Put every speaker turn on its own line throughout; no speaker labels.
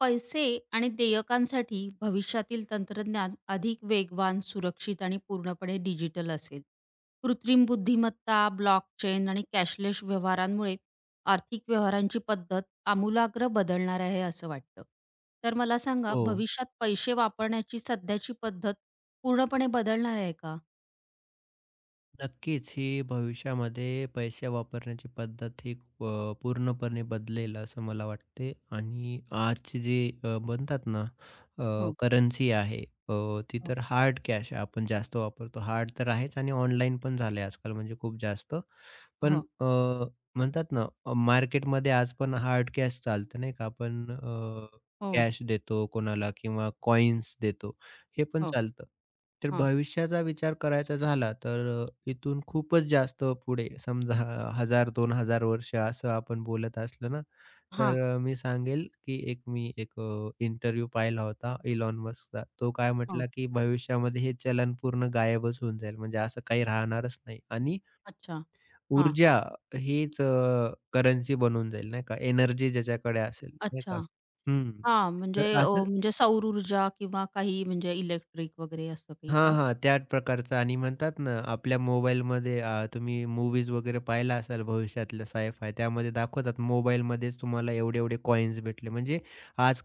पैसे आणि देयकांसाठी भविष्यातील तंत्रज्ञान अधिक वेगवान, सुरक्षित आणि पूर्णपणे डिजिटल असेल. कृत्रिम बुद्धिमत्ता, ब्लॉकचेन आणि कॅशलेस व्यवहारांमुळे आर्थिक व्यवहारांची पद्धत आमूलाग्र बदलणार आहे असं वाटतं. तर मला सांगा
हो.
भविष्यात पैसे वापरण्याची सध्याची पद्धत पूर्णपणे बदलणार आहे का?
नक्कीच ही भविष्यामध्ये पैसे वापरण्याची पद्धत ही पूर्णपणे बदलेल असं मला वाटते आणि आजची जी म्हणतात ना
हो,
करन्सी आहे. अ, ती
हो,
तर हार्ड कॅश आहे, आपण जास्त वापरतो. हार्ड तर आहेच आणि ऑनलाईन पण झाले आजकाल, म्हणजे खूप जास्त. पण
हो,
म्हणतात ना, मार्केटमध्ये आज पण हार्ड कॅश चालतं नाही का? आपण
हो,
कॅश देतो कोणाला किंवा कॉइन्स देतो. हे पण
हो,
चालतं. तर
हां,
भविष्याचा विचार करायचा झाला तर इथून खूपच जास्त पुढे समजा 1000-2000 वर्ष असं आपण बोलत असलं ना,
हां.
तर मी सांगेल की मी एक इंटरव्ह्यू पाहिला होता इलॉन मस्कचा. तो काय
हो.
म्हटला की भविष्यामध्ये हे चलन पूर्ण गायबच होऊन जाईल. म्हणजे असं काही राहणारच नाही आणि
अच्छा. हां.
ऊर्जा हीच करन्सी बनून जाईल नाही का, एनर्जी ज्याच्याकडे असेल नाही
अच्छा.
का? हं.
हां, म्हणजे
तर असं
म्हणजे सौर ऊर्जा किंवा काही म्हणजे इलेक्ट्रिक वगैरे असं काही
हां,
का?
हां, त्या प्रकारचं. आणि म्हणतात ना, आपल्या मोबाईलमध्ये तुम्ही मूव्हीज वगैरे पाहिला असाल भविष्यातल्या साय-फाय, त्यामध्ये दाखवतात मोबाईलमध्येच तुम्हाला एवढे-एवढे कॉइन्स भेटले. म्हणजे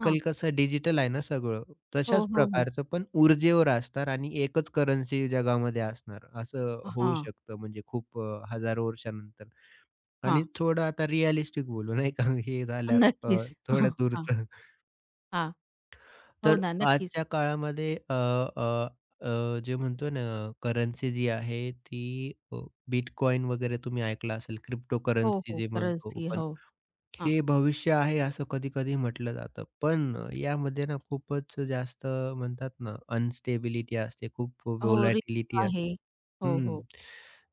हां.
कसं डिजिटल आहे ना सगळं. तशाच
हो, हो, हो.
प्रकारचं पण ऊर्जेवर असणार आणि एकच करन्सी जगामध्ये असणार. असं होऊ
हां,
शकतं म्हणजे खूप हजारो वर्षानंतर. आणि
हां.
थोडं आता रिअलिस्टिक बोलू नाही का, हे झालं अ,
नक्कीच. हां,
थोडं
हां,
दूरचं.
हो
तर
ना, नक्कीच.
आजच्या काळामध्ये अ, अ, अ, जे म्हणतो ना, करन्सी जी आहे ती बिटकॉइन वगैरे तुम्ही ऐकलं असेल,
हो,
क्रिप्टोकरन्सी
हो.
जे म्हणतो,
करन्सी. हो. हां.
हे भविष्य आहे असं कधी-कधी म्हटलं जातं. पण यामध्ये ना खूपच जास्त म्हणतात ना अनस्टेबिलिटी असते, खूप
हो,
व्होलॅटिलिटी
रिझर्व्ह आहे.
असते.
हो,
हं.
हो.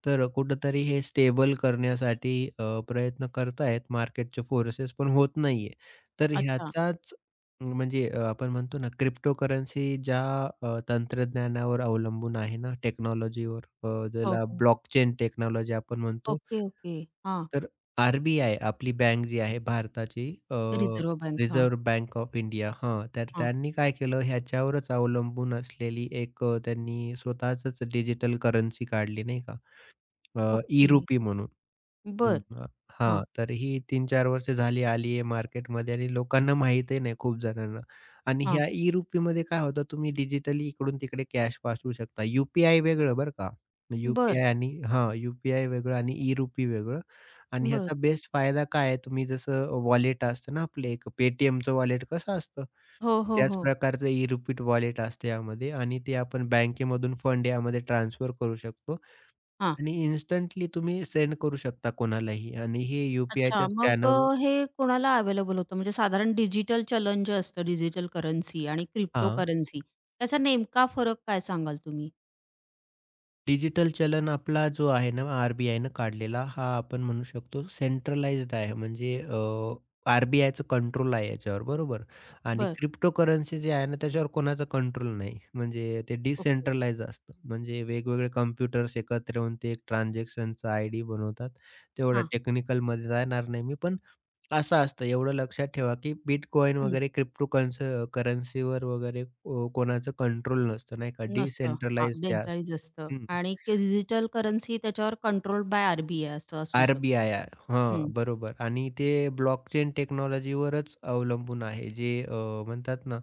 तर कुठेतरी हे स्टेबल करण्यासाठी प्रयत्न करतायत मार्केटचे फोर्सेस, पण होत नाहीये. तर
अच्छा.
ह्याचाच म्हणजे आपण म्हणतो ना क्रिप्टोकरन्सी, ज्या तंत्रज्ञानावर अवलंबून आहे ना टेक्नॉलॉजीवर,
हो,
ज्याला
हो.
ब्लॉकचेन टेक्नॉलॉजी आपण म्हणतो.
Okay, okay. हां.
तर आर बी आपली बँक जी आहे भारताची,
रिझर्व्ह बँक. हां,
रिझर्व्ह बँक ऑफ इंडिया, हां, तर
हां.
त्यांनी काय केलं, ह्याच्यावरच अवलंबून असलेली एक त्यांनी स्वतःचच डिजिटल करन्सी काढली नाही का?
ओके.
ई-रुपी म्हणून.
बर
हं,
हां,
हां, तर ही 3-4 वर्ष झाली आली आहे मार्केटमध्ये आणि लोकांना माहीतही नाही, खूप जणांना. आणि
हां.
ह्या ई-रुपीमध्ये काय होतं, तुम्ही डिजिटली इकडून-तिकडे कॅश पाठवू शकता. यू-पी-आय वेगळं बरं का.
बरं,
यू-पी-आय आणि हां, यू-पी-आय वेगळं आणि ई-रुपी वेगळं. आणि
बरं,
ह्याचा
बरं.
बेस्ट फायदा काय आहे, तुम्ही जसं वॉलेट असतं ना आपलं, एक पेटीएमचं वॉलेट कसं असतं,
हो, हो,
त्याच
हो.
प्रकारचं ई-रुपी वॉलेट असतं यामध्ये आणि ते आपण बँकेमधून फंड यामध्ये ट्रान्सफर करू शकतो.
हां.
आणि इन्स्टंटली तुम्ही सेंड करू शकता कोणालाही आणि हे
अच्छा.
यू-पी-आयच्या
मग
स्कॅनर
हे कोणाला अवेलेबल होतं? म्हणजे साधारण डिजिटल चलन जे असतं, डिजिटल करन्सी आणि
हां.
क्रिप्टोकरन्सी त्याचा नेमका फरक काय सांगाल तुम्ही?
डिजिटल चलन आपला जो आहे ना आर-बी-आयनं काढलेला, हा आपण म्हणू शकतो सेंट्रलाइज्ड आहे. म्हणजे कंट्रोल आहे याच्यावर, बरोबर. आणि
बरं.
क्रिप्टोकरन्सी जे आहे ना, त्याच्यावर कोणाचा कंट्रोल नाही. म्हणजे ते
ओके.
डिसेंट्रलाइज असतं. म्हणजे वेगवेगळे कॉम्प्युटर्स एकत्र येऊन ते एक ट्रान्झॅक्शनचा आयडी बनवतात. तेवढ्या
हां.
टेक्निकलमध्ये जाणार नाही मी, पण असं असतं एवढं लक्षात ठेवा, की बिटकॉइन
हं.
वगैरे क्रिप्टो करन्सीवर वगैरे कोणाचं कंट्रोल नसतं नाही का,
नसतं. हां.
डिसेंट्रलाइज ते
डेंटलाइज
असतं.
असतं
हं,
आणि डिजिटल करन्सी त्याच्यावर कंट्रोल बाय आर असं असू शकतं.
आर-बी-आय हां,
हं,
बरोबर. आणि ते ब्लॉकचेन टेक्नॉलॉजीवरच अवलंबून आहे. जे म्हणतात ना,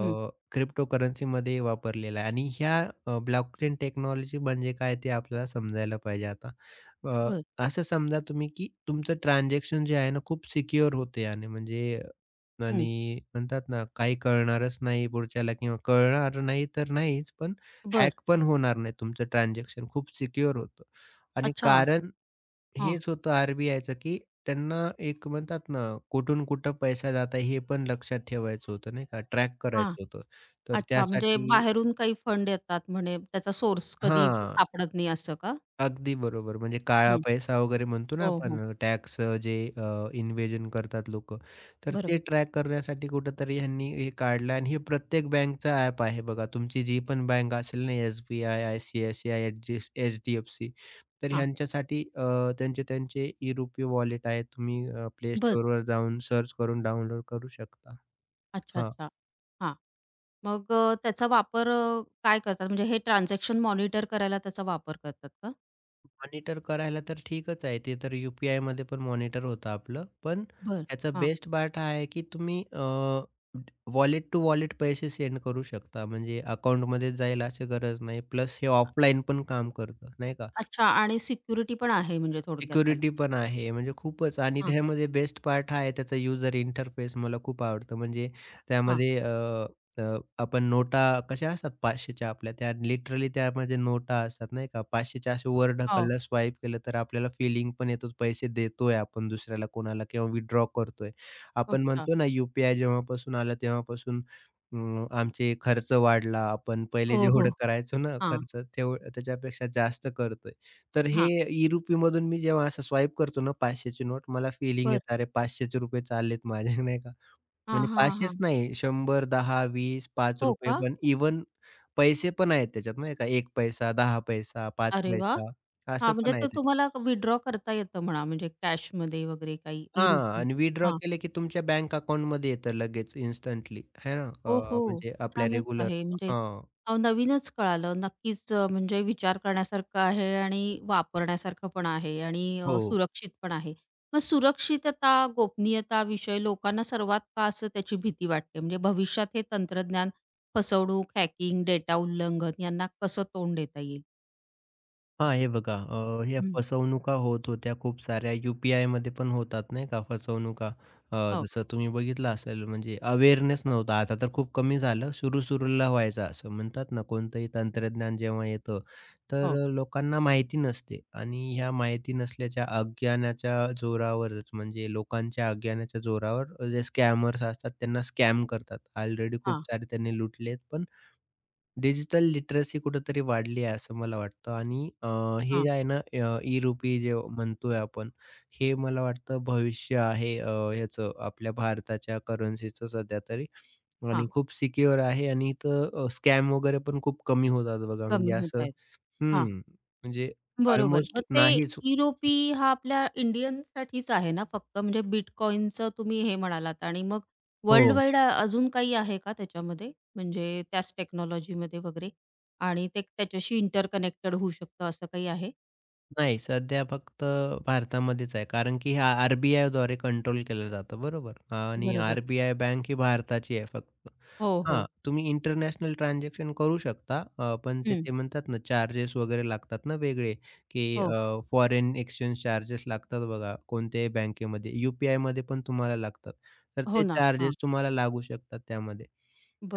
हं.
क्रिप्टो करन्सीमध्ये वापरलेला आहे, आणि ह्या ब्लॉकचेन टेक्नॉलॉजी म्हणजे काय, ते आपल्याला समजायला पाहिजे आता. अ,
बरं.
असं समजा तुम्ही, की तुमचं ट्रान्झॅक्शन जे आहे ना, खूप सिक्युअर होते आणि म्हणजे
हं.
आणि म्हणतात ना, काही कळणारच नाही पुढच्याला, किंवा कळणार नाही तर नाहीच, पण
बरं.
हॅक पण होणार नाही तुमचं ट्रान्झॅक्शन. खूप सिक्युअर होतं. आणि
अच्छा.
कारण
हां,
हेच होतं आर बी की त्यांना एक म्हणतात ना, कुठून कुठं पैसा जात आहे हे पण लक्षात ठेवायचं होतं, नाही का? ट्रॅक
हां.
करायचं होतं. तर
अच्छा. म्हणजे
त्यासाठी
बाहेरून काही फंड येतात म्हणे त्याचा सोर्स कधी
हां.
सापडत नाही असं का?
अगदी बरोबर. म्हणजे काळा
हं.
पैसा वगैरे म्हणतो ना
हो, हो.
आपण, टॅक्स जे इन्व्हेजन करतात लोकं. तर ते
बरोबर.
ट्रॅक करण्यासाठी कुठेतरी ह्यांनी हे काढलं. आणि हे प्रत्येक बँकचा ॲप आहे बघा. तुमची जी पण बँक असेल ना, SBI, ICICI, HDFC, तर
हां.
ह्यांच्यासाठी त्यांचे त्यांचे ई-रुपी वॉलेट आहेत. तुम्ही
बरं.
Play जाऊन सर्च करून डाउनलोड करू शकता.
अच्छा,
हां.
अच्छा. हां. मग त्याचा वापर काय करतात? म्हणजे हे ट्रान्झॅक्शन मॉनिटर करायला त्याचा वापर करतात का?
मॉनिटर करायला तर ठीकच आहे. ते तर यू-पी-आयमध्ये पण मॉनिटर होतं आपलं. पण
बरं.
ह्याचा
हां.
बेस्ट पार्ट हा आहे, की तुम्ही वॉलेट टू वॉलेट पैसे सेंड करू शकता. म्हणजे अकाउंटमध्ये जाईल अशी गरज नाही. प्लस हे
अ,
ऑफलाईन पण काम करतं, नाही का?
अच्छा आणि सिक्युरिटी पण आहे म्हणजे थोडक्यात त्याला.
सिक्युरिटी पण आहे म्हणजे खूपच. आणि
हां,
त्यामध्ये बेस्ट पार्ट हा आहे, त्याचा युजर इंटरफेस मला खूप आवडतं. म्हणजे
हां.
त्यामध्ये अ, अ, आपण नोटा कशा असतात 500च्या, आपल्या त्या लिटरली त्यामध्ये नोटा असतात नाही का? 500च्या असे वर
हो.
ढकललं, स्वाईप केलं तर आपल्याला फीलिंग पण येतो पैसे देतोय आपण दुसऱ्याला कोणाला, किंवा विथड्रॉ करतोय. आपण
अच्छा.
म्हणतो ना, जेव्हापासून आलं तेव्हापासून आमचे खर्च वाढला. आपण पहिले
हो, हो.
जेवढं करायचो ना
हां,
खर्च, त्याच्यापेक्षा जास्त करतोय. तर हे
हां.
ई-रुपीमधून मी जेव्हा असं स्वाईप करतो ना 500ची नोट, मला फीलिंग
बरं.
येतं, अरे ₹500चे चाललेत माझे नाही का.
हां,
म्हणजे
हां,
500च
हां.
नाही, 100, 10, 20, ₹5
हो का?
पण इव्हन पैसे पण आहेत त्याच्यात नाही का. एक पैसा, 10 पैसा, 5
अरे वाह!
पैसा
हां,
असं
म्हणजे
पण आहे
ते
त्याच्यात.
तुम्हाला विथड्रॉ करता येतं म्हणा म्हणजे कॅशमध्ये वगैरे काही
हां,
ई-रुपी.
आणि विथड्रॉ केले की तुमच्या बँक अकाउंटमध्ये येतं लगेच इन्स्टंटली, आहे ना.
हो, हो.
म्हणजे आपल्या
छानच
रेग्युलर
आहे. म्हणजे
हां.
नवीनच कळालं. नक्कीच म्हणजे विचार करण्यासारखं आहे आणि वापरण्यासारखं पण आहे आणि
हो.
सुरक्षित पण आहे. मग सुरक्षितता, गोपनीयता विषय लोकांना सर्वात का असं त्याची भीती वाटते? म्हणजे भविष्यात हे तंत्रज्ञान फसवणूक, हॅकिंग, डेटा उल्लंघन यांना कसं तोंड देता येईल?
हां, हे बघा, ह्या
हं.
फसवणुका होत होत्या खूप साऱ्या. यू-पी-आयमध्ये पण होतात नाही का फसवणुका.
हो,
जसं तुम्ही बघितलं असेल, म्हणजे अवेअरनेस नव्हता. आता तर खूप कमी झालं. सुरू-सुरूला व्हायचं, असं म्हणतात ना, कोणतंही तंत्रज्ञान जेव्हा येतं, तर
हो.
लोकांना माहिती नसते, आणि ह्या माहिती नसल्याच्या अज्ञानाच्या जोरावरच म्हणजे लोकांच्या अज्ञानाच्या जोरावर जे स्कॅमर्स असतात त्यांना स्कॅम करतात. ऑलरेडी खूप
हां,
सारे त्यांनी लुटलेत, पण डिजिटल लिटरसी कुठेतरी वाढली आहे असं मला वाटतं. आणि हे
हां,
जे आहे ना, ई-रुपी जे म्हणतोय आपण, हे मला वाटतं भविष्य आहे, ह्याचं, आपल्या भारताच्या करन्सीचं सध्या तरी.
हां.
आणि खूप सिक्युअर आहे आणि इथं स्कॅम वगैरे पण खूप कमी होतात बघा,
कमी
म्हणजे
होत
असं
आहेत.
हं, म्हणजे
बरोबर.
अल्मोस्ट
मग ते
नाहीच.
ई-रुपी हा आपल्या इंडियनसाठीच आहे ना फक्त? म्हणजे बिटकॉइनचं तुम्ही हे म्हणालात आणि मग वर्ल्ड
हो.
वाईड अजून काही आहे का त्याच्यामध्ये? म्हणजे त्याच टेक्नॉलॉजीमध्ये वगैरे आणि ते त्याच्याशी इंटरकनेक्टेड होऊ शकतं असं काही आहे?
नाही, सध्या फक्त भारतामध्येच आहे. कारण की हा आर बी कंट्रोल केलं जातं, बरोबर. आणि
बरोबर.
आर-बी-आय बँक ही भारताची आहे फक्त.
हो,
हां,
हो.
तुम्ही इंटरनॅशनल ट्रान्झॅक्शन करू शकता, पण ते,
हं.
ते म्हणतात ना चार्जेस वगैरे लागतात ना वेगळे, की
हो.
फॉरेन एक्सचेंज चार्जेस लागतात बघा कोणत्याही बँकेमध्ये, यू पी पण तुम्हाला लागतात. तर
हो
ते
ना. हां.
चार्जेस तुम्हाला लागू शकतात त्यामध्ये.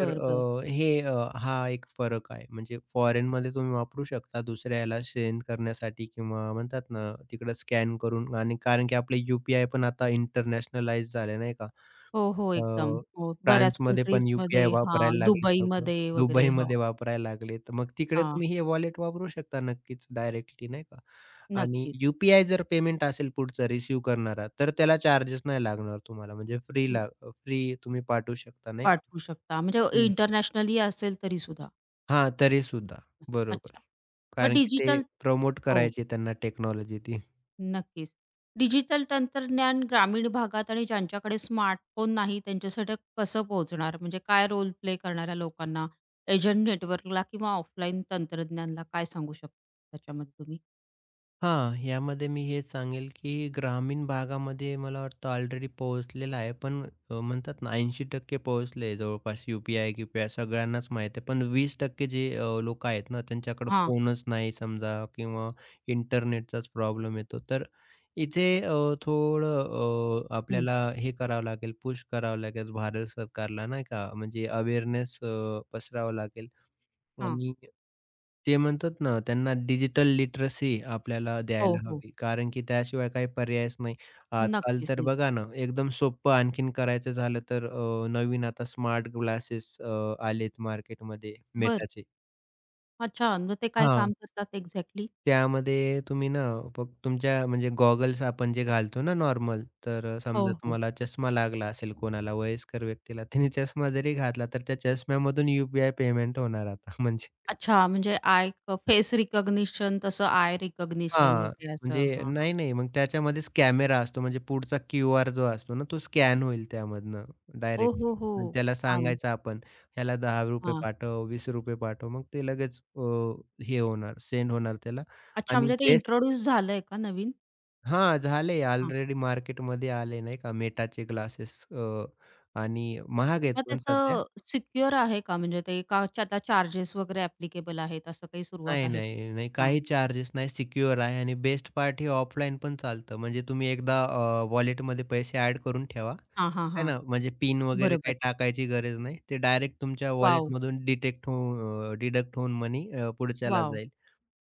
तर
बरं.
हा एक फरक आहे. म्हणजे फॉरेनमध्ये तुम्ही वापरू शकता दुसऱ्याला सेंड करण्यासाठी, किंवा म्हणतात ना, तिकडं स्कॅन करून. आणि कारण की आपले यू-पी-आय पण आता इंटरनॅशनलाइज झाले नाही का?
हो, हो. एकदम.
अ,
हो. बऱ्याच
फ्रान्समध्ये पण यू-पी-आय
कंट्रीजमध्ये
वापरायला
हां,
लागलेत लोकं.
दुबईमध्ये वगैरे. हो.
दुबईमध्ये वापरायला लागलेत. मग तिकडे
हां.
तुम्ही हे वॉलेट वापरू शकता नक्कीच डायरेक्टली, नाही का? आणि
नक्कीच.
जर पेमेंट असेल पुढचा रिसीव्ह करणारा, तर त्याला चार्जेस नाही लागणार तुम्हाला. म्हणजे
अं,
फ्रीला फ्री तुम्ही पाठवू शकता नाही का?
पाठवू शकता म्हणजे
हं.
इंटरनॅशनली असेल तरीसुद्धा.
हां, तरीसुद्धा. बरोबर.
अच्छा. मग
कारण की ते
डिजिटल
प्रमोट
हो,
करायची त्यांना टेक्नॉलॉजी ती.
नक्कीच. डिजिटल तंत्रज्ञान ग्रामीण भागात आणि ज्यांच्याकडे स्मार्टफोन नाही त्यांच्यासाठी कसं पोहोचणार? म्हणजे काय रोल प्ले करणाऱ्या लोकांना, एजंट नेटवर्कला किंवा ऑफलाईन तंत्रज्ञानला काय सांगू शकता त्याच्यामध्ये तुम्ही?
हां, यामध्ये मी हे सांगेल, की ग्रामीण भागामध्ये मला वाटतं ऑलरेडी पोहोचलेला आहे. पण म्हणतात ना, 80% पोहोचले जवळपास, यू-पी-आय-गिपी-आय सगळ्यांनाच माहीत आहे. पण वीस टक्के जे लोकं आहेत ना, त्यांच्याकडे
हां,
फोनच नाही समजा, किंवा इंटरनेटचाच प्रॉब्लेम येतो. तर इथे थोडं
हं.
आपल्याला हे करावं लागेल, पुश करावं लागेल भारत सरकारला नाही का, म्हणजे अवेअरनेस पसरावं लागेल.
हां.
आणि ते म्हणतात ना, त्यांना डिजिटल लिटरसी आपल्याला
हो,
द्यायला
हो.
हवी. कारण की त्याशिवाय काही पर्यायच नाही. आजकाल
नक्कीच
तर
नाही.
बघा ना, एकदम सोपं आणखीन करायचं झालं तर, नवीन आता स्मार्ट ग्लासेस आलेत मार्केटमध्ये,
बरं.
Metaचे.
अच्छा, मग ते काय
हां,
काम करतात एक्झॅक्टली?
त्यामध्ये तुम्ही ना फक्त तुमच्या, म्हणजे गॉगल्स आपण जे घालतो ना नॉर्मल, तर
हो,
समजा
हो.
तुम्हाला चष्मा लागला असेल कोणाला, वयस्कर व्यक्तीला, त्याने चष्मा जरी घातला तर त्या चष्म्यामधून पेमेंट होणार आता म्हणजे.
अच्छा, म्हणजे आय फेस रिकॉग्निशन तसं आय रिकॉग्निशन
हां,
वगैरे असं.
म्हणजे
हां, हां.
नाही, नाही. मग त्याच्यामध्येच कॅमेरा असतो, म्हणजे पुढचा क्यूआर जो असतो ना, तो स्कॅन होईल त्यामधनं
ओ
डायरेक्टली,
हो, हो.
आणि त्याला
छान.
सांगायचं आपण, ह्याला ₹10 पाठव, ₹20 पाठव. मग ते लगेच हे होणार, सेंड होणार त्याला.
अच्छा,
आणि
म्हणजे ते
बेस्ट
इंट्रोड्यूस झालंय का नवीन?
हां, झाले
हां.
ऑलरेडी, मार्केटमध्ये आले नाही का मेटाचे ग्लासेस, आणि महाग आहेत
मग
पण सध्या.
त्याचं सिक्युअर आहे का? म्हणजे ते का त्याला चार्जेस वगैरे ॲप्लिकेबल आहेत, असं काही सुरुवात
नाही,
आहे त्याची?
नाही, नाही.
हां.
काही चार्जेस नाही, सिक्युअर आहे आणि बेस्ट पार्ट, हे ऑफलाईन पण चालतं. म्हणजे तुम्ही एकदा वॉलेटमध्ये पैसे ॲड करून ठेवा.
हां, हां,
आहे
हां.
ना, म्हणजे पिन वगैरे काही
बरोबर.
टाकायची गरज नाही. ते डायरेक्ट तुमच्या
वॉव!
वॉलेटमधून डिटेक्ट होऊन डिडक्ट होऊन मनी पुढच्याला
वॉव!
जाईल.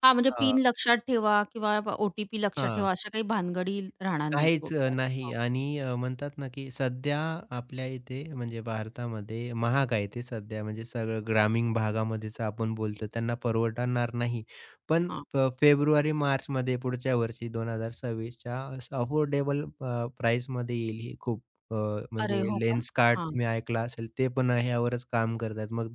हां, म्हणजे
हां,
पिन लक्षात ठेवा किंवा ओ-टी-पी लक्षात
हां.
ठेवा, अशा काही भानगडी राहणार नाहीत
काहीच
थोडक्यात. हो.
नाही. आणि म्हणतात ना, की सध्या आपल्या इथे म्हणजे भारतामध्ये महाग आहे ते सध्या, म्हणजे सगळं ग्रामीण भागामध्येच आपण बोलतो त्यांना परवडणार नाही. पण
हां.
फेब्रुवारी, मार्चमध्ये पुढच्या वर्षी 2026च्या असं अफोर्डेबल प्राइस प्राईसमध्ये येईल ही खूप अ,
अरे,
म्हणजे
हो का?
लेन्सकार्ट
हां.
तुम्ही ऐकलं असेल, ते पण ह्यावरच काम करतात. मग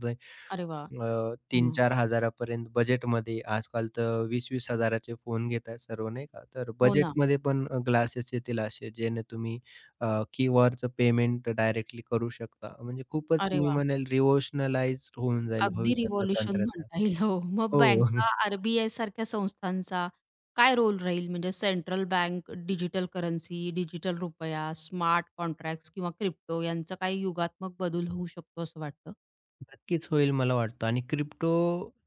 अरे वाह! हां.
3000-4000 पर्यंत बजेटमध्ये, आजकाल तर 20-20,000 चे फोन घेतायत सर्व नाही का. तर
हो ना.
बजेटमध्ये पण ग्लासेस येतील असे, ज्याने तुम्ही अ, कीवरचं पेमेंट डायरेक्टली करू शकता. म्हणजे खूपच
अरे
मी
वाह!
म्हणेल रिव्होल्युशनलाइज्ड होऊन जाईल
अगदी
भविष्यातलं
रिव्होल्यूशन
तंत्रज्ञान.
म्हणता येईल. हो. मग
हो.
बँका, आर-बी-आय सारख्या संस्थांचा काय रोल राहील? म्हणजे central bank, digital currency, digital रुपया, स्मार्ट कॉन्ट्रॅक्ट्स किंवा क्रिप्टो यांचा काही युगात्मक बदल होऊ शकतो असं वाटतं?
नक्कीच होईल मला वाटतं, आणि क्रिप्टो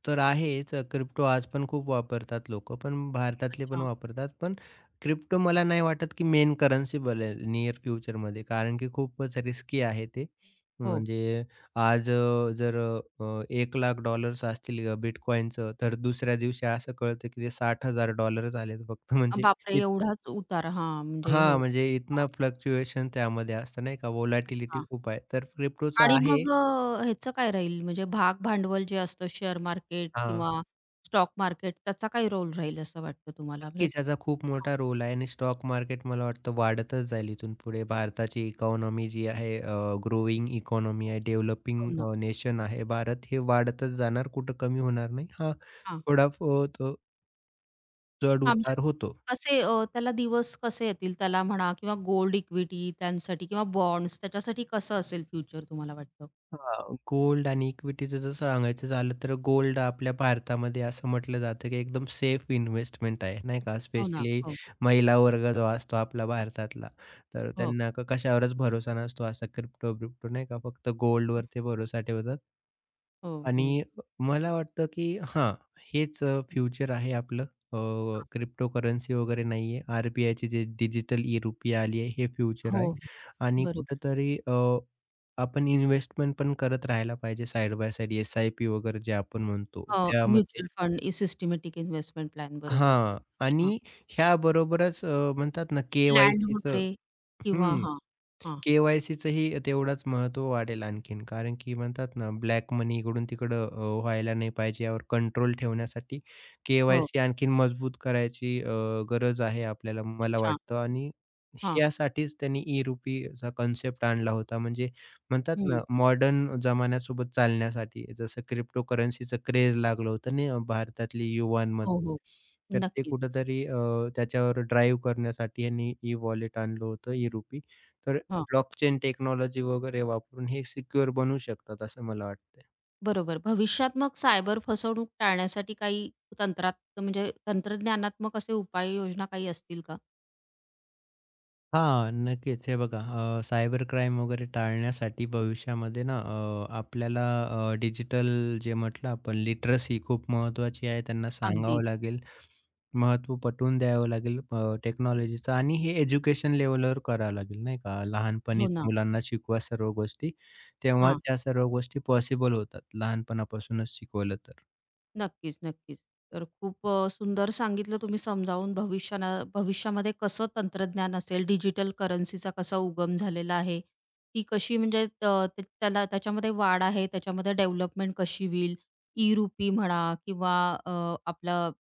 तर आहेच. क्रिप्टो आज पण खूप वापरतात लोकं, पण भारतातले पण
अच्छा.
वापरतात. पण क्रिप्टो मला नाही वाटत, की मेन करन्सी बनेल नियर फ्युचरमध्ये, कारण की खूपच रिस्की आहे ते.
हो.
म्हणजे आज जर $1,00,000 असतील बिटकॉइनचं, तर दुसऱ्या दिवशी असं कळतं, की ते $60,000 झालेत फक्त म्हणजे
बापरे!
इत
एवढाच उतार. हां, म्हणजे हो.
हां, म्हणजे
हां,
इतना फ्लक्च्युएशन त्यामध्ये असतं नाही का, व्होलॅटिलिटी
अच्छा.
खूप आहे. तर क्रिप्टोचं
आणि
आहे
मग ह्याचं काय राहील? म्हणजे भाग भांडवल जे असतं शेअर मार्केट
हां.
किंवा स्टॉक मार्केट त्याचा काय रोल राहील असं वाटतं तुम्हाला? म्हणजे
नक्कीच याचा खूप मोठा रोल आहे, आणि स्टॉक मार्केट मला वाटतं वाढतच जाईल इथून पुढे. भारताची इकॉनॉमी जी आहे, ग्रोइंग इकॉनॉमी आहे,
हो
डेव्हलपिंग
ना.
नेशन आहे भारत. हे वाढतच जाणार, कुठं कमी होणार नाही. हां,
हां.
थोडा तो
आमच्या
चढ-उतार होतो.
कसे त्याला दिवस कसे येतील त्याला म्हणा किंवा गोल्ड इक्विटी त्यांसाठी किंवा बॉन्ड्स त्याच्यासाठी कसं असेल फ्युचर तुम्हाला वाटतं?
हां, गोल्ड आणि इक्विटीचं जर सांगायचं झालं तर, गोल्ड आपल्या भारतामध्ये असं म्हटलं जातं की एकदम सेफ इन्व्हेस्टमेंट आहे, नाही का?
हो ना.
स्पेशली
हो,
महिला वर्ग जो असतो आपला भारतातला, तर
हो,
त्यांना कशावरच भरोसा नसतो असा, क्रिप्टो-बिप्टो नाही का? फक्त गोल्डवर ते भरोसा ठेवतात.
हो, हो.
आणि मला वाटतं, की हां, हेच फ्युचर आहे आपलं. अ,
हां.
क्रिप्टोकरन्सी वगैरे नाहीये. आर-बी-आयची जे डिजिटल ई-रुपया आली आहे, हे फ्युचर
हो,
आहे. आणि
बरोबर.
कुठेतरी आपण इन्व्हेस्टमेंट पण करत राहायला पाहिजे साइड बाय साइड, एस-आय-पी वगैरे जे आपण म्हणतो
अ,
त्यामध्ये,
म्युच्युअल फंड इ सिस्टमॅटिक इन्व्हेस्टमेंट प्लॅन बरोबर.
हां.
हां.
आणि ह्याबरोबरच म्हणतात ना
लँड
के-वाय-सीचं,
वगैरे किंवा हां, हां.
के-वाय-सीचंही तेवढाच महत्त्व वाढेल आणखीन. कारण की म्हणतात ना, ब्लॅक मनी इकडून तिकडं व्हायला नाही पाहिजे. यावर कंट्रोल ठेवण्यासाठी
हो.
के-वाय-सी आणखीन मजबूत करायची गरज आहे आपल्याला, मला
अच्छा.
वाटतं. आणि
हां.
यासाठीच त्यांनी ई-रुपीचा कन्सेप्ट आणला होता. म्हणजे म्हणतात ना,
हं.
मॉडर्न जमान्यासोबत चालण्यासाठी. जसं क्रिप्टोकरन्सीचं क्रेझ लागलं होतं नाही, भारतातली युवांमध्ये.
हो, हो.
तर ते
नक्कीच.
कुठेतरी त्याच्यावर ड्राईव्ह करण्यासाठी यांनी ई-वॉलेट आणलं होतं, ई-रुपी. तर ब्लॉकचेन टेक्नॉलॉजी वगैरे वापरून हे सिक्युअर बनू शकतात असं मला वाटतंय.
बरोबर. भविष्यात मग सायबर फसवणूक टाळण्यासाठी काही तंत्रात म्हणजे तंत्रज्ञानात्मक असे उपाययोजना काही असतील का?
हां, नक्कीच. हे बघा, सायबर क्राईम वगैरे टाळण्यासाठी भविष्यामध्ये ना, आपल्याला डिजिटल जे म्हटलं आपण, लिटरसी खूप महत्त्वाची आहे. त्यांना
अगदी.
सांगावं लागेल, महत्त्व पटवून द्यावं लागेल टेक्नॉलॉजीचं. आणि हे एज्युकेशन लेव्हलवर करावं लागेल नाही का?
हो
लहानपणीच
ना.
मुलांना शिकवा सर्व गोष्टी, तेव्हाच
हां.
या सर्व गोष्टी पॉसिबल होतात लहानपणापासूनच शिकवलं तर.
नक्कीच, नक्कीच. तर खूप सुंदर सांगितलं तुम्ही समजावून भविष्यामध्ये कसं तंत्रज्ञान असेल, डिजिटल करन्सीचा कसा उगम झालेला आहे, ती कशी म्हणजे त त त्याला त्याच्यामध्ये वाढ आहे, त्याच्यामध्ये डेव्हलपमेंट कशी होईल, ई-रुपी म्हणा किंवा अ, आपलं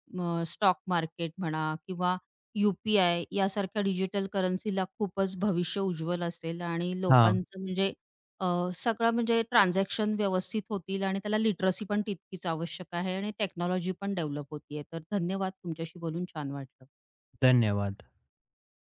स्टॉक मार्केट म्हणा किंवा यू-पी-आय यासारख्या डिजिटल करन्सीला खूपच भविष्य उज्ज्वल असेल आणि
हां.
लोकांचं म्हणजे अ, सगळं म्हणजे ट्रान्झॅक्शन व्यवस्थित होतील आणि त्याला लिटरसी पण तितकीच आवश्यक आहे आणि टेक्नॉलॉजी पण डेव्हलप होतीये. तर धन्यवाद. तुमच्याशी बोलून छान वाटलं.
धन्यवाद.